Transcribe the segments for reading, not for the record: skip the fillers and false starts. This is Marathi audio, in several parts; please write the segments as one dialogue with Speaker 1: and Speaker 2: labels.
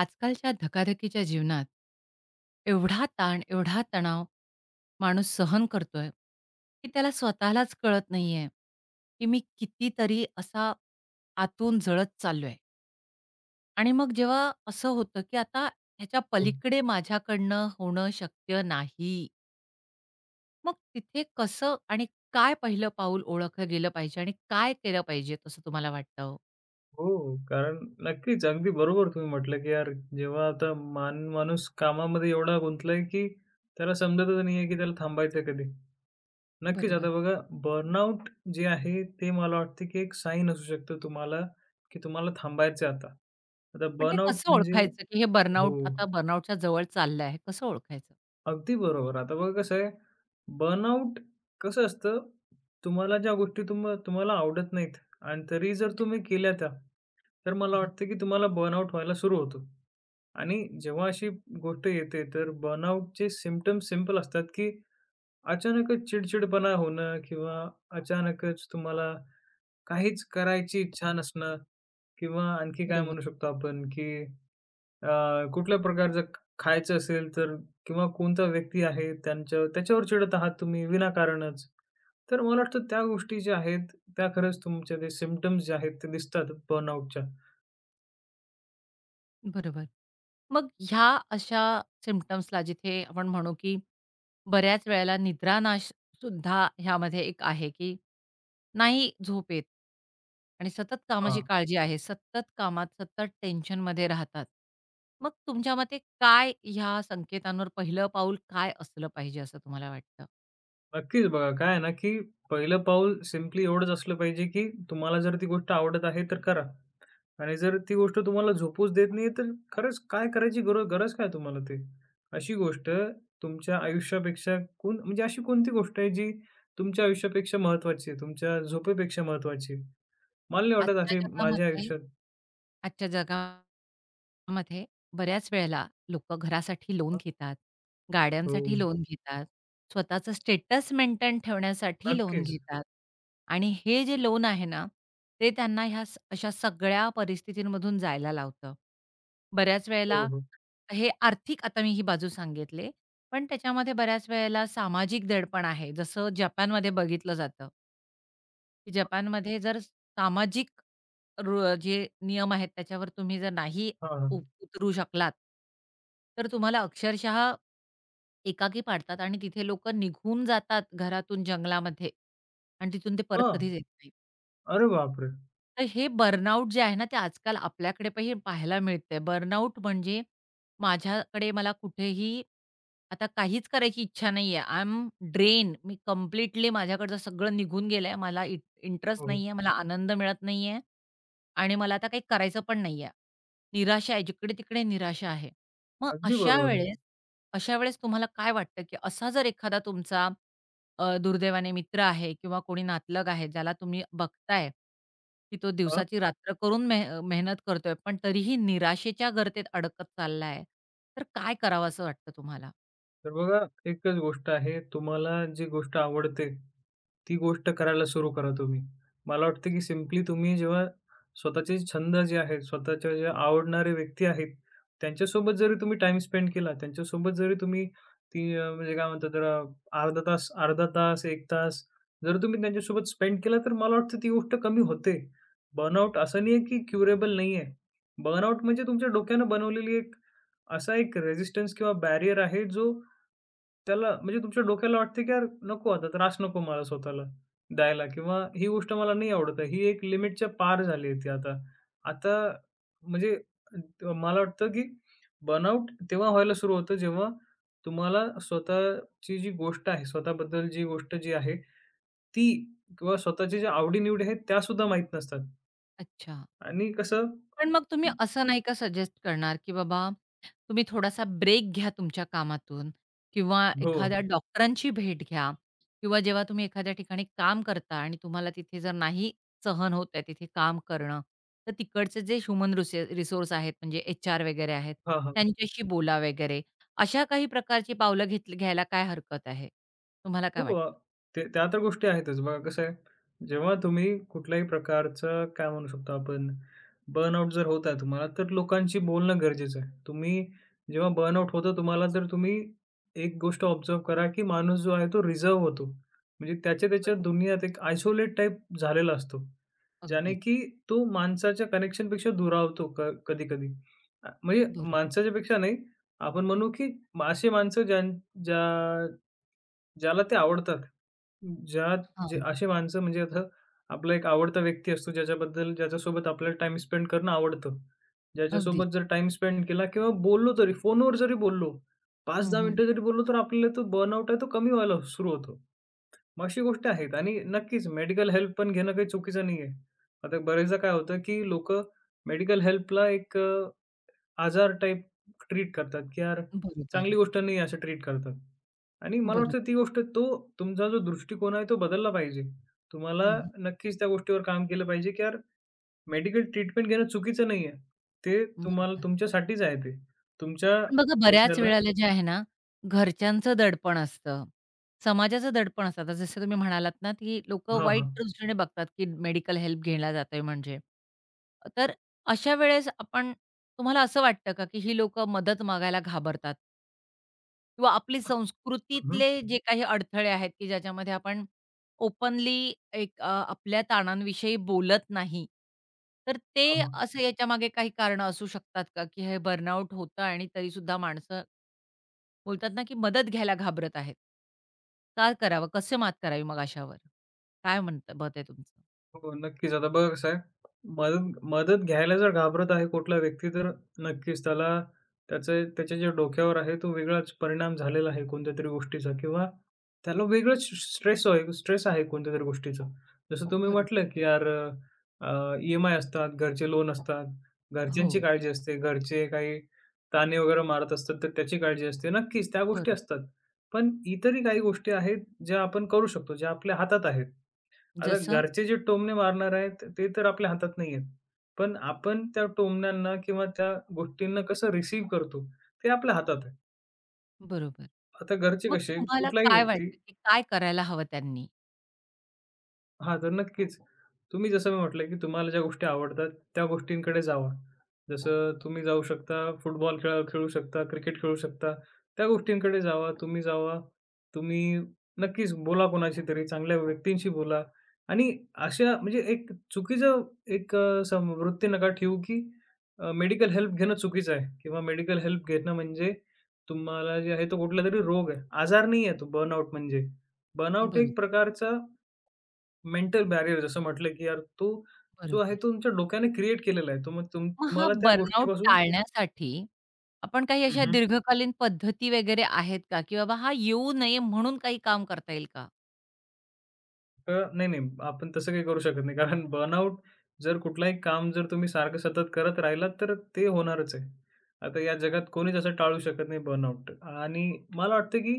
Speaker 1: आजकालच्या धकाधकीच्या जीवनात एवढा ताण, एवढा तणाव माणूस सहन करतोय, की त्याला स्वतःलाच कळत नाहीये, की मी कितीतरी असा आतून जळत चाललोय आणि मग जेव्हा असं होतं, की आता ह्याच्या
Speaker 2: हो,
Speaker 1: पलीकडे माझ्याकडनं होणं शक्य नाही. मग तिथे कसं आणि काय पहिलं पाऊल ओळखलं गेलं पाहिजे आणि काय केलं पाहिजे असं तुम्हाला वाटतं हो?
Speaker 2: हो. कारण नक्कीच, अगदी बरोबर तुम्ही म्हटलं, की यार जेव्हा आता माणूस कामामध्ये एवढा गुंतलाय, की त्याला समजतच नाहीये, की त्याला थांबायचं कधी. नक्कीच,
Speaker 1: बरोबर.
Speaker 2: आता बघा बर्नआउट जे आहे ते मला वाटतं, की एक साईन असू शकतं तुम्हाला, की तुम्हाला थांबायचं आहे आता. आता
Speaker 1: पण ते
Speaker 2: बर्नआउट
Speaker 1: कसं
Speaker 2: म्हणजे
Speaker 1: ओळखायचं, की हे
Speaker 2: हो.
Speaker 1: बर्नआउट आता बर्नआउटच्या जवळ चाललं आहे, कसं ओळखायचं?
Speaker 2: अगदी बरोबर. आता बघा कसं आहे, बर्नआउट कसं असतं, तुम्हाला ज्या गोष्टी तुम्हाला आवडत नाहीत आणि तरी जर तुम्ही केल्या त्या, तर मला
Speaker 1: बरोबर,
Speaker 2: वाटतं की तुम्हाला बर्नआउट व्हायला सुरू होतो. आणि जेव्हा अशी गोष्ट येते, तर बर्नआउटचे सिम्प्टम्स सिंपल असतात, की अचानकच चिडचिडपणा होणं किंवा अचानकच तुम्हाला काहीच करायची इच्छा नसणं किंवा आणखी काय
Speaker 1: बरोबर,
Speaker 2: म्हणू शकतो आपण, की कुठल्या प्रकारचं खायचं असेल तर किंवा कोणता व्यक्ती आहे त्याच्यावर चिडत आहात तुम्ही विनाकारणच. तर मला वाटतं त्या गोष्टी ज्या आहेत, त्या खरंच तुमच्या ते सिम्प्टम्स जे आहेत ते दिसतात बर्नआउटच्या.
Speaker 1: बरोबर. मग ह्या अशा सिम्प्टम्सला जिथे आपण म्हणू, की बऱ्याच वेळेला निद्रानाश सुद्धा ह्यामध्ये एक आहे, की नाही झोप येत आणि सतत कामाची
Speaker 2: हां,
Speaker 1: काळजी आहे, सतत कामात, सतत टेन्शनमध्ये राहतात. मग तुमच्या मते काय ह्या संकेतांवर पहिलं पाऊल काय असलं पाहिजे असं तुम्हाला वाटतं?
Speaker 2: नक्कीच बघा काय आहे ना, की पहिलं पाऊल सिम्पली एवढंच असलं पाहिजे, की तुम्हाला जर ती गोष्ट आवडत आहे तर करा. आणि जर ती गोष्ट तुम्हाला झोपूच देत नाही, तर खरंच काय करायची गरज काय तुम्हाला ते? अशी गोष्ट तुमच्या आयुष्यापेक्षा कोण म्हणजे अशी कोणती गोष्ट आहे जी तुमच्या आयुष्यापेक्षा महत्त्वाची आहे, तुमच्या झोपेपेक्षा महत्त्वाची आहे? मला नाही वाटत
Speaker 1: आजच्या
Speaker 2: अशी माझ्या
Speaker 1: जगामध्ये
Speaker 2: आयुष्यात
Speaker 1: आजच्या जगा मध्ये बऱ्याच वेळेला लोकं घरासाठी लोन
Speaker 2: हां,
Speaker 1: घेतात,
Speaker 2: हो.
Speaker 1: गाड्यांसाठी लोन घेतात, स्वतःचं स्टेटस मेंटेन ठेवण्यासाठी लोन
Speaker 2: नक्कीच.
Speaker 1: घेतात आणि हे जे लोन आहे ना, ते त्यांना ह्या अशा सगळ्या परिस्थितींमधून जायला लावतं. बऱ्याच
Speaker 2: हो,
Speaker 1: वेळेला
Speaker 2: हो.
Speaker 1: हे आर्थिक आता मी ही बाजू सांगितली, पण त्याच्यामध्ये बऱ्याच वेळेला सामाजिक दडपण आहे. जसं जपानमध्ये बघितलं जातं, की जपानमध्ये जर सामाजिक जे नियम आहेत त्याच्यावर तुम्ही जर नाही
Speaker 2: हां, हां.
Speaker 1: उतरू शकलात, तर तुम्हाला अक्षरशः एकाकी पाडतात आणि तिथे लोकं निघून जातात घरातून जंगलामध्ये आणि तिथून ते परत
Speaker 2: हां.
Speaker 1: कधीच येत नाहीत.
Speaker 2: अरे बापरे!
Speaker 1: तर हे बर्नआउट जे आहे ना, ते आजकाल आपल्याकडे पण हे पाहायला मिळतंय. बर्नआउट म्हणजे माझ्याकडे मला कुठेही आता काहीच करायची इच्छा नाहीये. I am drain. मी कंप्लीटली माझ्याकडचं सगळं निघून गेलंय. मला
Speaker 2: हो,
Speaker 1: इंटरेस्ट
Speaker 2: हो.
Speaker 1: नाहीये, मला आनंद मिळत नाहीये आणि मला आता काही करायचं पण नाहीये. निराशा आहे, जिकडे-तिकडे निराशा आहे. मग
Speaker 2: अगदी
Speaker 1: अशा हो.
Speaker 2: बरोबर.
Speaker 1: अशा वेळेस तुम्हाला काय वाटतं, की असा जर एखादा तुमचा दुर्दैवाने मित्र आहे किंवा कोणी नातलग आहे, ज्याला तुम्ही बघताय, की तो दिवसाची रात्र करून मेहनत करतोय, पण तरीही निराशेच्या गर्तेत अडकत चाललाय, तर काय करावं असं वाटतं तुम्हाला?
Speaker 2: तर बघा, एकच गोष्ट आहे, तुम्हाला जी गोष्ट आवडते, ती गोष्ट करायला सुरू करा तुम्ही. मला वाटतं की सिम्पली तुम्ही जेव्हा स्वतःचे छंद जे आहेत, स्वतःच्या ज्या आवडणारे व्यक्ती आहेत, त्यांच्यासोबत जरी तुम्ही टाईम स्पेंड केला, त्यांच्यासोबत जरी तुम्ही ती म्हणजे काय म्हणतात त्याला अर्धा तास, 1 तास जर तुम्ही त्यांच्यासोबत स्पेंड केला, तर मला वाटतं ती गोष्ट कमी होते. बर्नआउट असं नाही आहे की क्युरेबल नाही आहे. बर्नआउट म्हणजे तुमच्या डोक्यानं बनवलेली एक असा एक रेझिस्टन्स किंवा बॅरियर आहे, जो त्याला म्हणजे तुमच्या डोक्याला वाटते की यार नको आता त्रास नको मला स्वतःला द्यायला किंवा ही गोष्ट मला नाही आवडत आहे. ही एक लिमिटच्या पार झाली आहे ती आता. आता म्हणजे मला वाटतं की बर्नआउट तेव्हा व्हायला सुरू होतं जेव्हा तुम्हाला स्वतःची जी गोष्ट आहे, स्वतःबद्दल जी गोष्ट जी आहे, ती किंवा स्वतःच्या ज्या आवडी-निवडी आहेत त्यासुद्धा माहीत नसतात
Speaker 1: अच्छा.
Speaker 2: आणि कसं
Speaker 1: पण मग तुम्ही असं नाही का सजेस्ट करणार, की बाबा तुम्ही थोडासा ब्रेक घ्या तुमच्या कामातून किंवा
Speaker 2: हो.
Speaker 1: एखाद्या डॉक्टरांची भेट घ्या किंवा जेव्हा तुम्ही एखाद्या ठिकाणी काम करता आणि तुम्हाला तिथे जर नाही सहन होत आहे तिथे काम करणं, तर तिकडचे जे ह्युमन रिसोर्स आहेत म्हणजे एच-आर वगैरे आहेत,
Speaker 2: हां, हां.
Speaker 1: त्यांच्याशी बोला वगैरे. अशा काही प्रकारची पावलं घ्यायला काय हरकत आहे? तुम्हाला
Speaker 2: हो,
Speaker 1: काय वाटतं?
Speaker 2: ते त्या तर गोष्टी आहेतच. बघा कसं आहे, जेव्हा तुम्ही कुठल्याही प्रकारचं काय म्हणू शकतो आपण, बर्नआउट जर होत आहे तुम्हाला, तर लोकांशी बोलणं गरजेचं आहे. तुम्ही जेव्हा बर्नआउट होतं तुम्हाला, तर तुम्ही एक गोष्ट ऑब्झर्व्ह करा, की माणूस जो आहे तो रिझर्व्ह होतो. म्हणजे त्याच्या त्याच्या
Speaker 1: बरोबर.
Speaker 2: दुनियात एक आयसोलेट टाइप झालेला असतो. ज्याने
Speaker 1: अगदीच.
Speaker 2: की तो माणसाच्या कनेक्शनपेक्षा दुरावतो कधी-कधी. म्हणजे
Speaker 1: बरोबर.
Speaker 2: माणसाच्यापेक्षा नाही, आपण म्हणू की असे माणसं ज्यां ज्या ज्याला ते आवडतात. ज्या जे
Speaker 1: हां.
Speaker 2: अशी माणसं म्हणजे आता आपला एक आवडता व्यक्ती असतो ज्याच्यासोबत आपल्याला टाईम स्पेंड करणं आवडतं.
Speaker 1: अगदीच.
Speaker 2: ज्याच्यासोबत जर टाईम स्पेंड केला किंवा बोललो तरी फोनवर जरी बोललो,
Speaker 1: हं,
Speaker 2: 5-10
Speaker 1: हं.
Speaker 2: मिनिटं जरी बोललो तर आपल्याला तो बर्नआउट आहे तो कमी व्हायला सुरू होतो. मग अशी गोष्ट आहेत आणि नक्कीच मेडिकल हेल्प पण घेणं काही चुकीचं नाहीये. आता बरेचदा काय होतं, की लोकं मेडिकल हेल्पला एक आजार टाइप ट्रीट करतात, की यार चांगली
Speaker 1: बरोबर.
Speaker 2: गोष्ट नाही असं ट्रीट करतात. आणि मला
Speaker 1: बरोबर.
Speaker 2: वाटतं ती गोष्ट तो तुमचा जो दृष्टिकोन आहे तो बदलला पाहिजे.
Speaker 1: हं,
Speaker 2: तुम्हाला
Speaker 1: हं.
Speaker 2: नक्कीच त्या गोष्टीवर काम केलं पाहिजे, की यार मेडिकल ट्रीटमेंट घेणं चुकीचं नाही आहे. ते तुम्हाला
Speaker 1: बरोबर.
Speaker 2: तुमच्यासाठीच आहे ते. तुमच्या
Speaker 1: पण बघा बऱ्याच
Speaker 2: डोक्याला
Speaker 1: वेळेला जे आहे ना, घरच्यांचं दडपण असतं, समाजाचं दडपण असतं. आता जसं तुम्ही म्हणालात ना, की लोकं
Speaker 2: हां,
Speaker 1: वाईट
Speaker 2: हां.
Speaker 1: दृष्टीने बघतात, की मेडिकल हेल्प घेण्याला जातोय म्हणजे. तर अशा वेळेस आपण तुम्हाला असं वाटतं का, की ही लोकं मदत मागायला घाबरतात किंवा आपली
Speaker 2: हं, हं.
Speaker 1: संस्कृतीतले जे काही अडथळे आहेत, की ज्याच्यामध्ये आपण ओपनली एक आपल्या ताणांविषयी बोलत नाही. तर ते
Speaker 2: हां,
Speaker 1: असं याच्यामागे काही कारणं असू शकतात का, की हे बर्नआउट होतं आणि तरीसुद्धा माणसं बोलतात ना, की मदत घ्यायला घाबरत आहेत. काय करावं? कसं मात करावी मग अशावर? काय म्हणतं मत आहे तुमचं?
Speaker 2: हो, नक्कीच. आता बघा कसं आहे, मदत मदत घ्यायला जर घाबरत आहे कुठला व्यक्ती, तर नक्कीच त्याला त्याच्या ज्या डोक्यावर आहे, तो वेगळाच परिणाम झालेला आहे कोणत्यातरी गोष्टीचा किंवा त्याला वेगळंच स्ट्रेस आहे स्ट्रेस आहे कोणत्यातरी गोष्टीचा. जसं तुम्ही
Speaker 1: बरोबर.
Speaker 2: म्हटलं, की यार ई-एम-आय असतात, घरचे लोन असतात,
Speaker 1: हो,
Speaker 2: घरच्यांची काळजी असते, घरचे काही ताणे वगैरे मारत असतात, तर त्याची काळजी असते. नक्कीच त्या गोष्टी
Speaker 1: बरोबर.
Speaker 2: असतात. पण इतरही काही गोष्टी आहेत, ज्या आपण करू शकतो, ज्या आपल्या हातात आहेत. आता
Speaker 1: जसं?
Speaker 2: घरचे जे टोमणे मारणार आहेत, ते तर आपल्या हातात नाहीयेत. पण आपण त्या टोमण्यांना किंवा त्या गोष्टींना कसं रिसीव्ह करतो, ते आपल्या हातात आहे.
Speaker 1: बरोबर.
Speaker 2: आता घरचे
Speaker 1: मग
Speaker 2: कसे,
Speaker 1: तुम्हाला
Speaker 2: कुठलाही
Speaker 1: काय
Speaker 2: व्यक्ती
Speaker 1: वाटतं, की काय करायला हवं त्यांनी?
Speaker 2: हां, तर नक्कीच. तुम्ही जसं मी म्हटलं, की तुम्हाला ज्या गोष्टी आवडतात त्या गोष्टींकडे जावं. जसं तुम्ही जाऊ शकता, फुटबॉल खेळू शकता, क्रिकेट खेळू शकता. त्या गोष्टींकडे जावा, तुम्ही जावा. तुम्ही नक्कीच बोला कोणाशी तरी, चांगल्या व्यक्तींशी बोला आणि अशा म्हणजे एक चुकीचं एक सम वृत्ती नका ठेवू, की मेडिकल हेल्प घेणं चुकीचं आहे किंवा मेडिकल हेल्प घेणं म्हणजे तुम्हाला जे आहे तो कुठलातरी रोग आहे. आजार नाही आहे तो बर्नआउट म्हणजे. बर्नआउट
Speaker 1: बरोबर,
Speaker 2: एक प्रकारचा मेंटल बॅरियर जसं म्हटलं, की यार तो जो आहे
Speaker 1: बरोबर.
Speaker 2: तो तुमच्या डोक्याने क्रिएट केलेला आहे. तो मग
Speaker 1: मग हा
Speaker 2: तुम्हाला त्या
Speaker 1: बर्नआउट
Speaker 2: गोष्टीपासून
Speaker 1: टाळण्यासाठी आपण काही अशा
Speaker 2: हं,
Speaker 1: दीर्घकालीन पद्धती वगैरे आहेत का? की बाबा हा येऊ नये म्हणून काही काम करता येईल का?
Speaker 2: तर नाही, नाही. आपण तसं काही करू शकत नाही. कारण बर्नआउट जर कुठलाही काम जर तुम्ही सारखं सतत करत राहिलात, तर ते होणारच आहे. आता या जगात कोणीच असं टाळू शकत नाही बर्नआउट. आणि मला वाटतं, की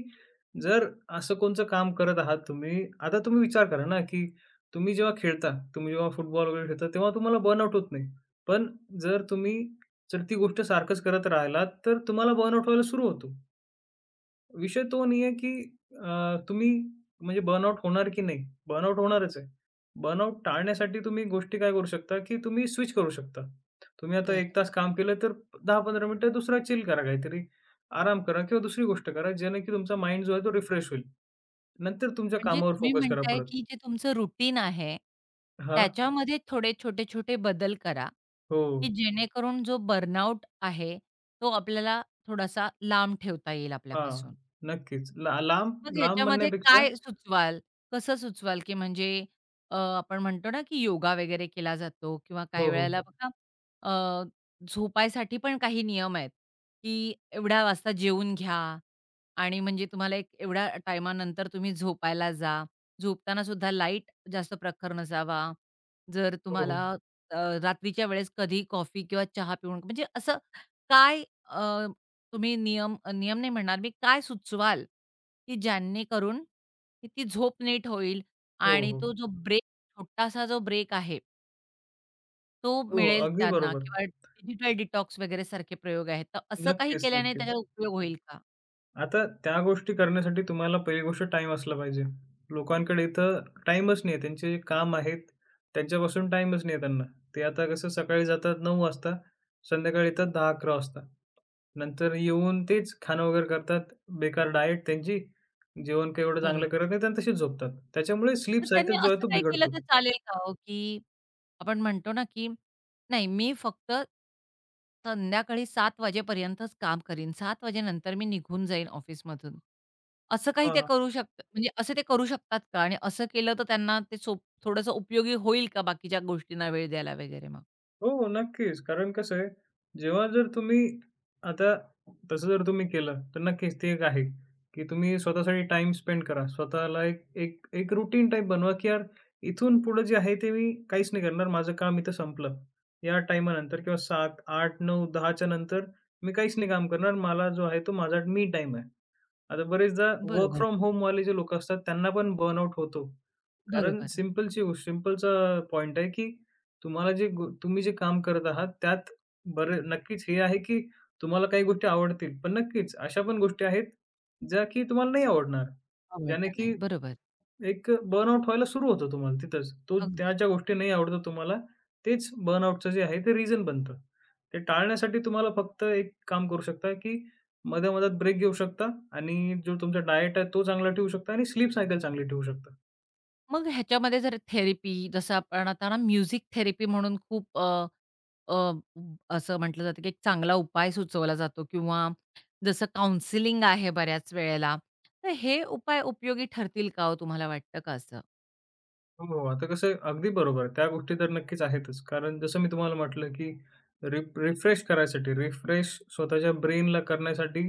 Speaker 2: जर असं कोणचं काम करत आहात तुम्ही, आता तुम्ही विचार करा ना, की तुम्ही जेव्हा खेळता, तुम्ही जेव्हा फुटबॉल वगैरे खेळता, तेव्हा तुम्हाला बर्नआउट होत नाही. पण जर तुम्ही जर ती गोष्ट सारखंच करत राहिलात, तर तुम्हाला बर्नआउट व्हायला सुरू होतो. विषय तो नाही आहे, की तुम्ही म्हणजे बर्नआउट होणार की नाही? बर्नआउट होणारच आहे. बर्नआउट टाळण्यासाठी तुम्ही गोष्टी काय करू शकता, की तुम्ही स्विच करू शकता. तुम्ही आता
Speaker 1: बरं.
Speaker 2: 1 तास काम केलं, तर 10-15 मिनिटं दुसरा चिल करा काहीतरी. आराम करा किंवा दुसरी गोष्ट करा, ज्याने की तुमचा माइंड जो आहे तो रिफ्रेश होईल. नंतर तुमच्या
Speaker 1: म्हणजे
Speaker 2: कामावर
Speaker 1: तुम्ही
Speaker 2: फोकस करा
Speaker 1: म्हणताय,
Speaker 2: परत.
Speaker 1: की जे तुमचं रुटीन आहे,
Speaker 2: हां.
Speaker 1: त्याच्यामध्ये थोडे छोटे-छोटे बदल करा,
Speaker 2: हो.
Speaker 1: की जेणेकरून जो बर्नआउट आहे, तो आपल्याला थोडासा लांब ठेवता येईल
Speaker 2: हां.
Speaker 1: आपल्यापासून.
Speaker 2: नक्कीच. ला लांब
Speaker 1: मग
Speaker 2: लांब
Speaker 1: ह्याच्यामध्ये
Speaker 2: म्हणण्यापेक्षा
Speaker 1: काय सुचवाल? कसं सुचवाल, की म्हणजे आपण म्हणतो ना, की योगा वगैरे केला जातो किंवा
Speaker 2: हो,
Speaker 1: काही
Speaker 2: हो.
Speaker 1: वेळेला बघा अ, झोपायसाठी पण काही नियम आहेत, की एवढ्या वाजता जेवून घ्या आणि म्हणजे तुम्हाला एक एवढ्या टाईमानंतर तुम्ही झोपायला जा. झोपताना सुद्धा लाईट जास्त प्रखर नसावा. जर
Speaker 2: हो, हो.
Speaker 1: तुम्हाला अ, रात्रीच्या वेळेस कधी कॉफी किंवा चहा पिऊन म्हणजे असं काय तुम्ही नियम नियम नाही म्हणणार मी, काय सुचवाल, की ज्यांनीकरून ती झोप नीट होईल
Speaker 2: हो,
Speaker 1: आणि
Speaker 2: हो.
Speaker 1: तो जो ब्रेक छोटासा जो ब्रेक आहे, तो
Speaker 2: हो, हो.
Speaker 1: मिळेल
Speaker 2: अगदी
Speaker 1: त्यांना
Speaker 2: बरोबर.
Speaker 1: किंवा डिजिटल डिटॉक्स वगैरे सारखे प्रयोग आहेत. तर असं काही
Speaker 2: नक्कीच,
Speaker 1: केल्याने
Speaker 2: नक्कीच.
Speaker 1: त्याचा उपयोग होईल का?
Speaker 2: आता त्या गोष्टी करण्यासाठी तुम्हाला पहिली गोष्ट टाईम असला पाहिजे. लोकांकडे इथं टाईमच नाही आहे. त्यांचे जे काम आहेत, त्यांच्यापासून टाईमच नाही आहे त्यांना. ते आता कसं सकाळी जातात 9:00 वाजता, संध्याकाळी येतात 10:00-11:00 वाजता. नंतर येऊन तेच खाणं वगैरे करतात, बेकार डायट त्यांची. जेवण काही एवढं चांगलं
Speaker 1: बरोबर.
Speaker 2: करत नाहीत आणि तसेच झोपतात. त्याच्यामुळे स्लीप
Speaker 1: मग त्यांनी
Speaker 2: सायकल जो आहे
Speaker 1: असं
Speaker 2: तो
Speaker 1: काही केलं
Speaker 2: बिघडतो.
Speaker 1: तर चालेल का हो, की आपण म्हणतो ना, की नाही मी फक्त संध्याकाळी 7 वाजेपर्यंतच काम करीन. 7 वाजेनंतर मी निघून जाईन ऑफिसमधून. असं काही ते
Speaker 2: हां.
Speaker 1: करू शकतात म्हणजे असं ते करू शकतात का? आणि असं केलं तर त्यांना ते सोप थोडंसं उपयोगी होईल का बाकीच्या गोष्टींना वेळ द्यायला वगैरे मग?
Speaker 2: हो, हो, नक्कीच. कारण कसं आहे, जेव्हा जर तुम्ही आता तसं जर तुम्ही केलं, तर नक्कीच ते एक आहे, की तुम्ही स्वतःसाठी टाईम स्पेंड करा. स्वतःला एक एक एक रूटीन टाईप बनवा, की यार इथून पुढे जे आहे ते मी काहीच नाही करणार. माझं काम इथं संपलं. या टाईमानंतर किंवा 7, 8, 9, 10 नंतर मी काहीच नाही काम करणार. मला जो आहे तो माझा मी टाईम आहे. आता बरेचदा वर्क
Speaker 1: बरोबर,
Speaker 2: फ्रॉम होमवाले जे लोकं असतात त्यांना पण बर्नआउट होतो. कारण
Speaker 1: बरोबर.
Speaker 2: सिंपलची गो सिंपलचा पॉइंट आहे, की तुम्हाला जे गो तुम्ही जे काम करत आहात, त्यात बरे नक्कीच हे आहे, की तुम्हाला काही गोष्टी आवडतील. पण नक्कीच अशा पण गोष्टी आहेत, ज्या की तुम्हाला नाही आवडणार. याने
Speaker 1: आवडणार
Speaker 2: की
Speaker 1: नाहीत. बरोबर.
Speaker 2: एक बर्नआउट व्हायला सुरू होतं तुम्हाला तिथंच. तो त्या
Speaker 1: अगदी.
Speaker 2: ज्या गोष्टी नाही आवडतं तुम्हाला, तेच बर्नआउटचं जे आहे ते रिझन बनतं. ते टाळण्यासाठी तुम्हाला फक्त एक काम करू शकता, की मध्यामध्यात ब्रेक घेऊ शकता आणि जो तुमचा डायट आहे तो चांगला ठेवू शकता आणि स्लीप सायकल चांगली ठेवू शकता.
Speaker 1: मग ह्याच्यामध्ये जर थेरपी जसं आपण आता ना म्युझिक थेरपी म्हणून खूप अ, अ, असं म्हटलं जातं, की एक चांगला उपाय सुचवला जातो किंवा जसं काउन्सिलिंग आहे बऱ्याच वेळेला. तर हे उपाय उपयोगी ठरतील का हो तुम्हाला वाटतं का असं?
Speaker 2: हो, आता कसं आहे अगदी बरोबर आहे. त्या गोष्टी तर नक्कीच आहेतच. कारण जसं मी तुम्हाला म्हटलं, की रिफ्रेश करायसाठी, रिफ्रेश स्वतःच्या ब्रेनला करण्यासाठी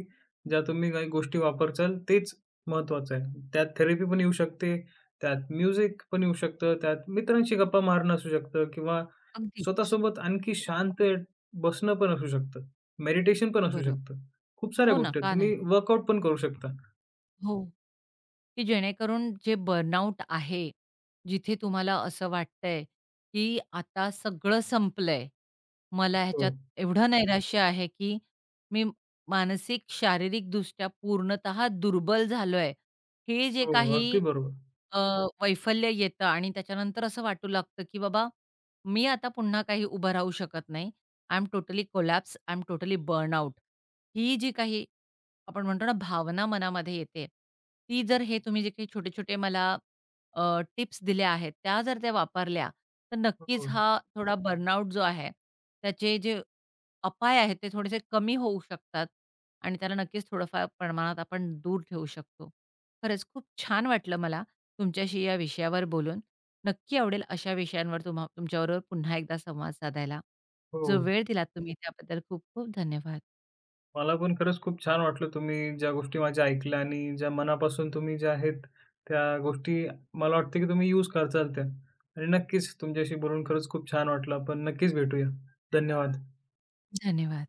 Speaker 2: ज्या तुम्ही काही गोष्टी वापरचाल तेच महत्त्वाचं आहे. त्यात थेरपी पण येऊ शकते, त्यात म्युझिक पण येऊ शकतं, त्यात मित्रांशी गप्पा मारणं असू शकतं किंवा
Speaker 1: अगदीच.
Speaker 2: स्वतःसोबत आणखी शांत बसणं पण असू शकतं. मेडिटेशन पण असू
Speaker 1: बरोबर.
Speaker 2: शकतं. खूप साऱ्या
Speaker 1: हो ना,
Speaker 2: गोष्टी आहेत.
Speaker 1: का नाही?
Speaker 2: तुम्ही वर्कआउट पण करू शकता.
Speaker 1: हो. की जेणेकरून जे बर्नआउट आहे, जिथे तुम्हाला असं वाटतंय, की आता सगळं संपलंय. मला
Speaker 2: हो,
Speaker 1: ह्याच्यात एवढं नैराश्य आहे, की मी मानसिक, शारीरिकदृष्ट्या पूर्णतः दुर्बल झालोय. हे जे
Speaker 2: हो,
Speaker 1: काही
Speaker 2: अगदी बरोबर.
Speaker 1: अ, वैफल्य येतं आणि त्याच्यानंतर असं वाटू लागतं, की बाबा मी आता पुन्हा काही उभं राहू शकत नाही. I am totally collapse, I am totally burnout. ही जी काही आपण म्हणतो ना भावना मनामध्ये येते. ती जर हे तुम्ही जे काही छोटे-छोटे मला टिप्स दिल्या आहेत, त्या जर त्या वापरल्या, तर नक्कीच
Speaker 2: हो,
Speaker 1: हा थोडा बर्नआउट जो आहे, त्याचे जे अपाय आहेत, ते थोडेसे कमी होऊ शकतात आणि त्याला नक्कीच थोडंफार प्रमाणात आपण दूर ठेवू शकतो. खरंच खूप छान वाटलं मला तुमच्याशी या विषयावर बोलून. नक्की आवडेल अशा विषयांवर तुमच्याबरोबर पुन्हा एकदा संवाद साधायला.
Speaker 2: हो.
Speaker 1: जो वेळ दिलात तुम्ही त्याबद्दल खूप खूप धन्यवाद.
Speaker 2: मला पण खरंच खूप छान वाटलं तुम्ही ज्या गोष्टी माझ्या ऐकल्या आणि ज्या मनापासून तुम्ही ज्या आहेत त्या गोष्टी मला वाटतं की तुम्ही यूज करचाल त्या आणि नक्कीच तुमच्याशी बोलून खरंच खूप छान वाटलं. आपण नक्कीच भेटूया. धन्यवाद.
Speaker 1: धन्यवाद.